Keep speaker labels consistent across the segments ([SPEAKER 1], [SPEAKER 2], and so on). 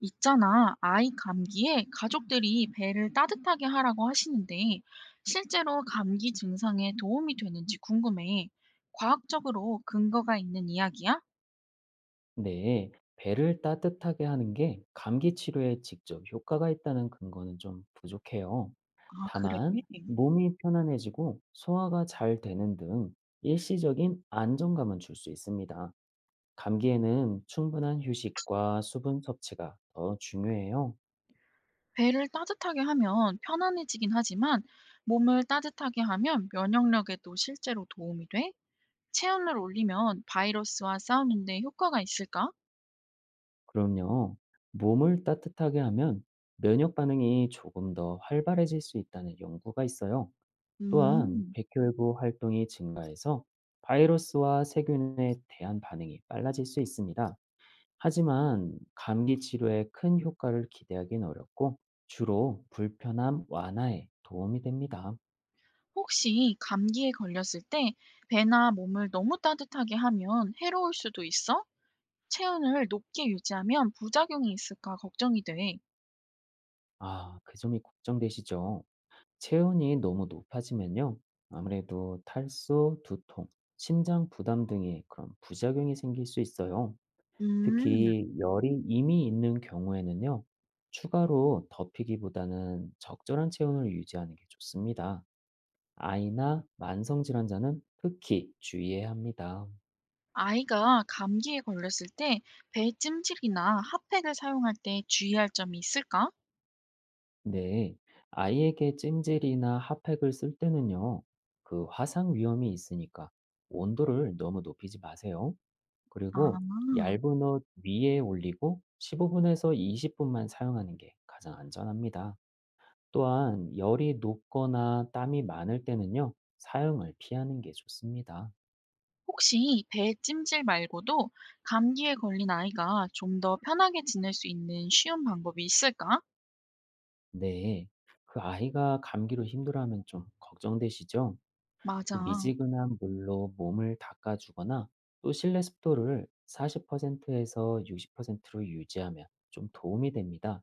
[SPEAKER 1] 있잖아, 아이 감기에 가족들이 배를 따뜻하게 하라고 하시는데, 실제로 감기 증상에 도움이 되는지 궁금해. 과학적으로 근거가 있는 이야기야?
[SPEAKER 2] 네, 배를 따뜻하게 하는 게 감기 치료에 직접 효과가 있다는 근거는 좀 부족해요.
[SPEAKER 1] 아, 그래.
[SPEAKER 2] 다만, 몸이 편안해지고 소화가 잘 되는 등 일시적인 안정감은 줄 수 있습니다. 감기에는 충분한 휴식과 수분 섭취가 더 중요해요.
[SPEAKER 1] 배를 따뜻하게 하면 편안해지긴 하지만, 몸을 따뜻하게 하면 면역력에도 실제로 도움이 돼? 체온을 올리면 바이러스와 싸우는데 효과가 있을까?
[SPEAKER 2] 그럼요, 몸을 따뜻하게 하면 면역 반응이 조금 더 활발해질 수 있다는 연구가 있어요. 또한
[SPEAKER 1] 음,
[SPEAKER 2] 백혈구 활동이 증가해서 바이러스와 세균에 대한 반응이 빨라질 수 있습니다. 하지만 감기 치료에 큰 효과를 기대하기는 어렵고 주로 불편함 완화에 도움이 됩니다.
[SPEAKER 1] 혹시 감기에 걸렸을 때 배나 몸을 너무 따뜻하게 하면 해로울 수도 있어? 체온을 높게 유지하면 부작용이 있을까 걱정이 돼.
[SPEAKER 2] 아, 그 점이 걱정되시죠? 체온이 너무 높아지면요. 아무래도 탈수, 두통, 심장 부담 등의 그런 부작용이 생길 수 있어요.
[SPEAKER 1] 음,
[SPEAKER 2] 특히 열이 이미 있는 경우에는요, 추가로 덮이기보다는 적절한 체온을 유지하는 게 좋습니다. 아이나 만성질환자는 특히 주의해야 합니다.
[SPEAKER 1] 아이가 감기에 걸렸을 때 배찜질이나 핫팩을 사용할 때 주의할 점이 있을까?
[SPEAKER 2] 네, 아이에게 찜질이나 핫팩을 쓸 때는요, 그 화상 위험이 있으니까 온도를 너무 높이지 마세요.
[SPEAKER 1] 아,
[SPEAKER 2] 그리고 얇은 옷 위에 올리고 15분에서 20분만 사용하는 게 가장 안전합니다. 또한 열이 높거나 땀이 많을 때는요, 사용을 피하는 게 좋습니다.
[SPEAKER 1] 혹시 배찜질 말고도 감기에 걸린 아이가 좀 더 편하게 지낼 수 있는 쉬운 방법이 있을까?
[SPEAKER 2] 네. 그 아이가 감기로 힘들어하면 좀 걱정되시죠? 그
[SPEAKER 1] 맞아.
[SPEAKER 2] 미지근한 물로 몸을 닦아주거나 또 실내 습도를 40%에서 60%로 유지하면 좀 도움이 됩니다.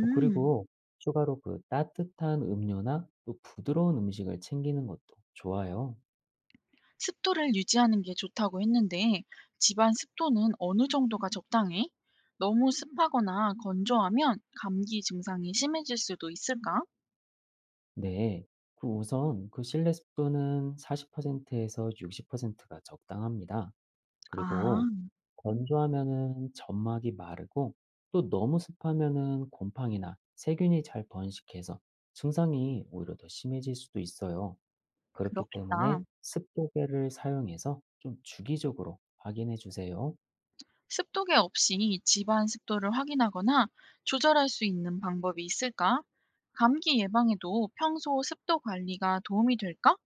[SPEAKER 2] 그리고 추가로 그 따뜻한 음료나 또 부드러운 음식을 챙기는 것도 좋아요.
[SPEAKER 1] 습도를 유지하는 게 좋다고 했는데 집안 습도는 어느 정도가 적당해? 너무 습하거나 건조하면 감기 증상이 심해질 수도 있을까?
[SPEAKER 2] 네. 그 우선 그 실내 습도는 40%에서 60%가 적당합니다.
[SPEAKER 1] 아,
[SPEAKER 2] 그리고 건조하면은 점막이 마르고 또 너무 습하면은 곰팡이나 세균이 잘 번식해서 증상이 오히려 더 심해질 수도 있어요. 그렇기
[SPEAKER 1] 그렇겠다.
[SPEAKER 2] 때문에 습도계를 사용해서 좀 주기적으로 확인해 주세요.
[SPEAKER 1] 습도계 없이 집안 습도를 확인하거나 조절할 수 있는 방법이 있을까? 감기 예방에도 평소 습도 관리가 도움이 될까?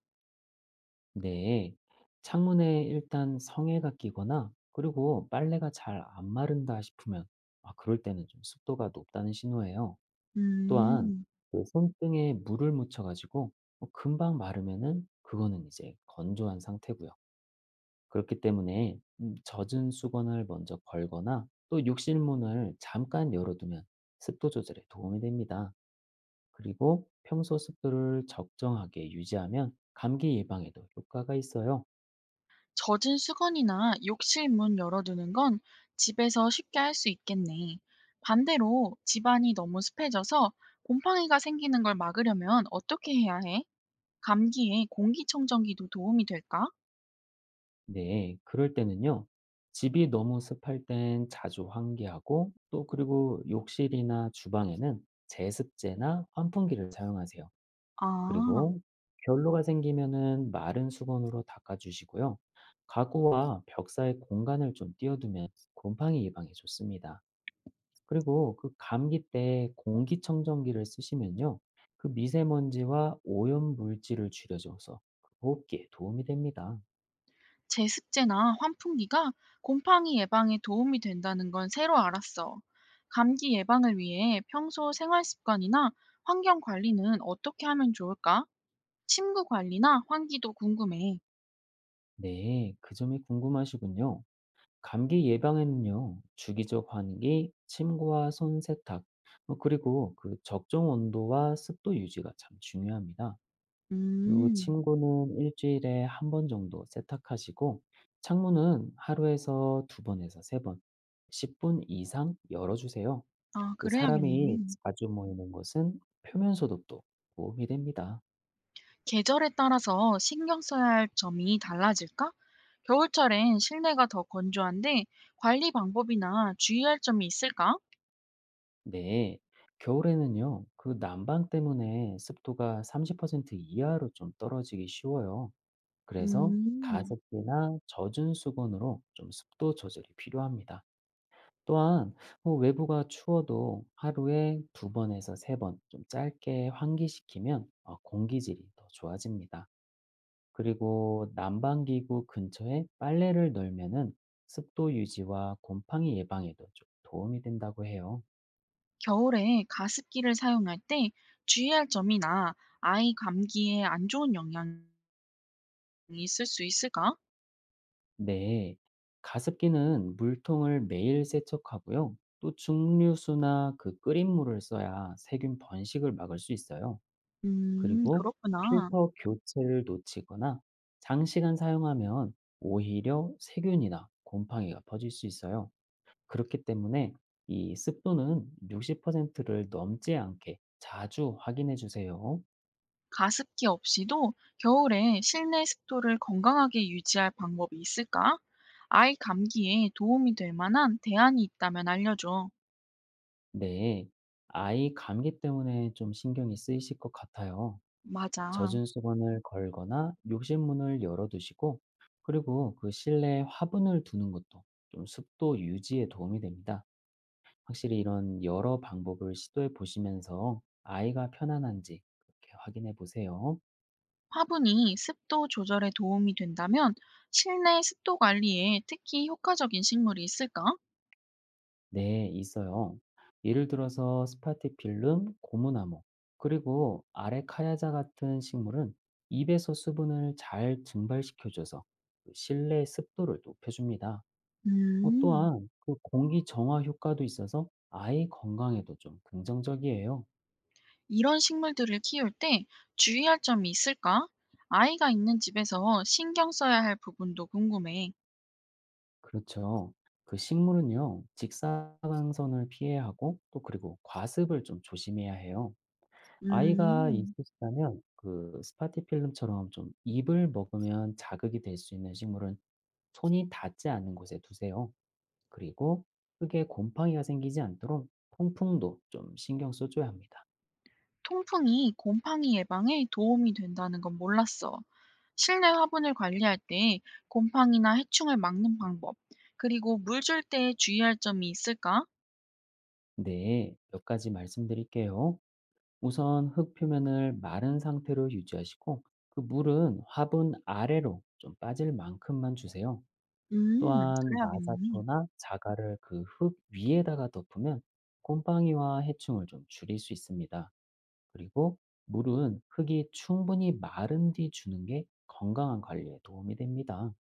[SPEAKER 2] 네, 창문에 일단 성에가 끼거나 그리고 빨래가 잘 안 마른다 싶으면 아, 그럴 때는 좀 습도가 높다는 신호예요. 또한
[SPEAKER 1] 음.
[SPEAKER 2] 그 손등에 물을 묻혀가지고 뭐 금방 마르면은 그거는 이제 건조한 상태고요. 그렇기 때문에 젖은 수건을 먼저 걸거나 또 욕실문을 잠깐 열어두면 습도 조절에 도움이 됩니다. 그리고 평소 습도를 적정하게 유지하면 감기 예방에도 효과가 있어요.
[SPEAKER 1] 젖은 수건이나 욕실 문 열어두는 건 집에서 쉽게 할 수 있겠네. 반대로 집안이 너무 습해져서 곰팡이가 생기는 걸 막으려면 어떻게 해야 해? 감기에 공기청정기도 도움이 될까?
[SPEAKER 2] 네, 그럴 때는요. 집이 너무 습할 땐 자주 환기하고 또 그리고 욕실이나 주방에는 제습제나 환풍기를 사용하세요.
[SPEAKER 1] 아,
[SPEAKER 2] 그리고 결로가 생기면은 마른 수건으로 닦아주시고요. 가구와 벽 사이 공간을 좀 띄워두면 곰팡이 예방에 좋습니다. 그리고 그 감기 때 공기청정기를 쓰시면요. 그 미세먼지와 오염 물질을 줄여줘서 그 호흡기에 도움이 됩니다.
[SPEAKER 1] 제습제나 환풍기가 곰팡이 예방에 도움이 된다는 건 새로 알았어. 감기 예방을 위해 평소 생활 습관이나 환경 관리는 어떻게 하면 좋을까? 침구 관리나 환기도 궁금해.
[SPEAKER 2] 네, 그 점이 궁금하시군요. 감기 예방에는요, 주기적 환기, 침과 손 세탁, 그리고 그 적정 온도와 습도 유지가 참 중요합니다. 그리고
[SPEAKER 1] 음.
[SPEAKER 2] 침구는 일주일에 한 번 정도 세탁하시고, 창문은 하루에서 두 번에서 세 번, 10분 이상 열어주세요.
[SPEAKER 1] 아
[SPEAKER 2] 그 사람이
[SPEAKER 1] 그래야겠네.
[SPEAKER 2] 자주 모이는 곳은 표면 소독도 도움이 됩니다.
[SPEAKER 1] 계절에 따라서 신경 써야 할 점이 달라질까? 겨울철엔 실내가 더 건조한데 관리 방법이나 주의할 점이 있을까?
[SPEAKER 2] 네, 겨울에는요, 그 난방 때문에 습도가 30% 이하로 좀 떨어지기 쉬워요. 그래서
[SPEAKER 1] 음,
[SPEAKER 2] 가습기나 젖은 수건으로 좀 습도 조절이 필요합니다. 또한 뭐 외부가 추워도 하루에 두 번에서 세 번 좀 짧게 환기시키면 공기질이 더 좋아집니다. 그리고 난방기구 근처에 빨래를 널면은 습도 유지와 곰팡이 예방에도 좀 도움이 된다고 해요.
[SPEAKER 1] 겨울에 가습기를 사용할 때 주의할 점이나 아이 감기에 안 좋은 영향이 있을 수 있을까?
[SPEAKER 2] 네, 가습기는 물통을 매일 세척하고요. 또 증류수나 그 끓인 물을 써야 세균 번식을 막을 수 있어요. 그리고
[SPEAKER 1] 그렇구나.
[SPEAKER 2] 필터 교체를 놓치거나 장시간 사용하면 오히려 세균이나 곰팡이가 퍼질 수 있어요. 그렇기 때문에 이 습도는 60%를 넘지 않게 자주 확인해 주세요.
[SPEAKER 1] 가습기 없이도 겨울에 실내 습도를 건강하게 유지할 방법이 있을까? 아이 감기에 도움이 될 만한 대안이 있다면 알려줘.
[SPEAKER 2] 네, 아이 감기 때문에 좀 신경이 쓰이실 것 같아요.
[SPEAKER 1] 맞아.
[SPEAKER 2] 젖은 수건을 걸거나 욕실문을 열어두시고 그리고 그 실내에 화분을 두는 것도 좀 습도 유지에 도움이 됩니다. 확실히 이런 여러 방법을 시도해 보시면서 아이가 편안한지 그렇게 확인해 보세요.
[SPEAKER 1] 화분이 습도 조절에 도움이 된다면 실내 습도 관리에 특히 효과적인 식물이 있을까?
[SPEAKER 2] 네, 있어요. 예를 들어서 스파티필름, 고무나무, 그리고 아레카야자 같은 식물은 입에서 수분을 잘 증발시켜줘서 그 실내 습도를 높여줍니다.
[SPEAKER 1] 음,
[SPEAKER 2] 또한 그 공기 정화 효과도 있어서 아이 건강에도 좀 긍정적이에요.
[SPEAKER 1] 이런 식물들을 키울 때 주의할 점이 있을까? 아이가 있는 집에서 신경 써야 할 부분도 궁금해.
[SPEAKER 2] 그렇죠. 그 식물은요, 직사광선을 피해야 하고 또 그리고 과습을 좀 조심해야 해요. 아이가
[SPEAKER 1] 음.
[SPEAKER 2] 있으시다면 그 스파티필름처럼 좀 잎을 먹으면 자극이 될 수 있는 식물은 손이 닿지 않는 곳에 두세요. 그리고 크게 곰팡이가 생기지 않도록 통풍도 좀 신경 써줘야 합니다.
[SPEAKER 1] 통풍이 곰팡이 예방에 도움이 된다는 건 몰랐어. 실내 화분을 관리할 때 곰팡이나 해충을 막는 방법, 그리고 물 줄 때 주의할 점이 있을까?
[SPEAKER 2] 네, 몇 가지 말씀드릴게요. 우선 흙 표면을 마른 상태로 유지하시고 그 물은 화분 아래로 좀 빠질 만큼만 주세요. 또한
[SPEAKER 1] 그래야겠네.
[SPEAKER 2] 마사토나 자갈을 그 흙 위에다가 덮으면 곰팡이와 해충을 좀 줄일 수 있습니다. 그리고 물은 흙이 충분히 마른 뒤 주는 게 건강한 관리에 도움이 됩니다.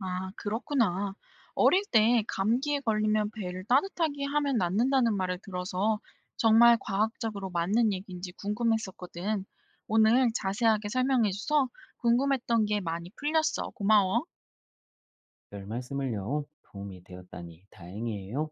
[SPEAKER 1] 아, 그렇구나. 어릴 때 감기에 걸리면 배를 따뜻하게 하면 낫는다는 말을 들어서 정말 과학적으로 맞는 얘기인지 궁금했었거든. 오늘 자세하게 설명해줘서 궁금했던 게 많이 풀렸어. 고마워.
[SPEAKER 2] 별 말씀을요. 도움이 되었다니 다행이에요.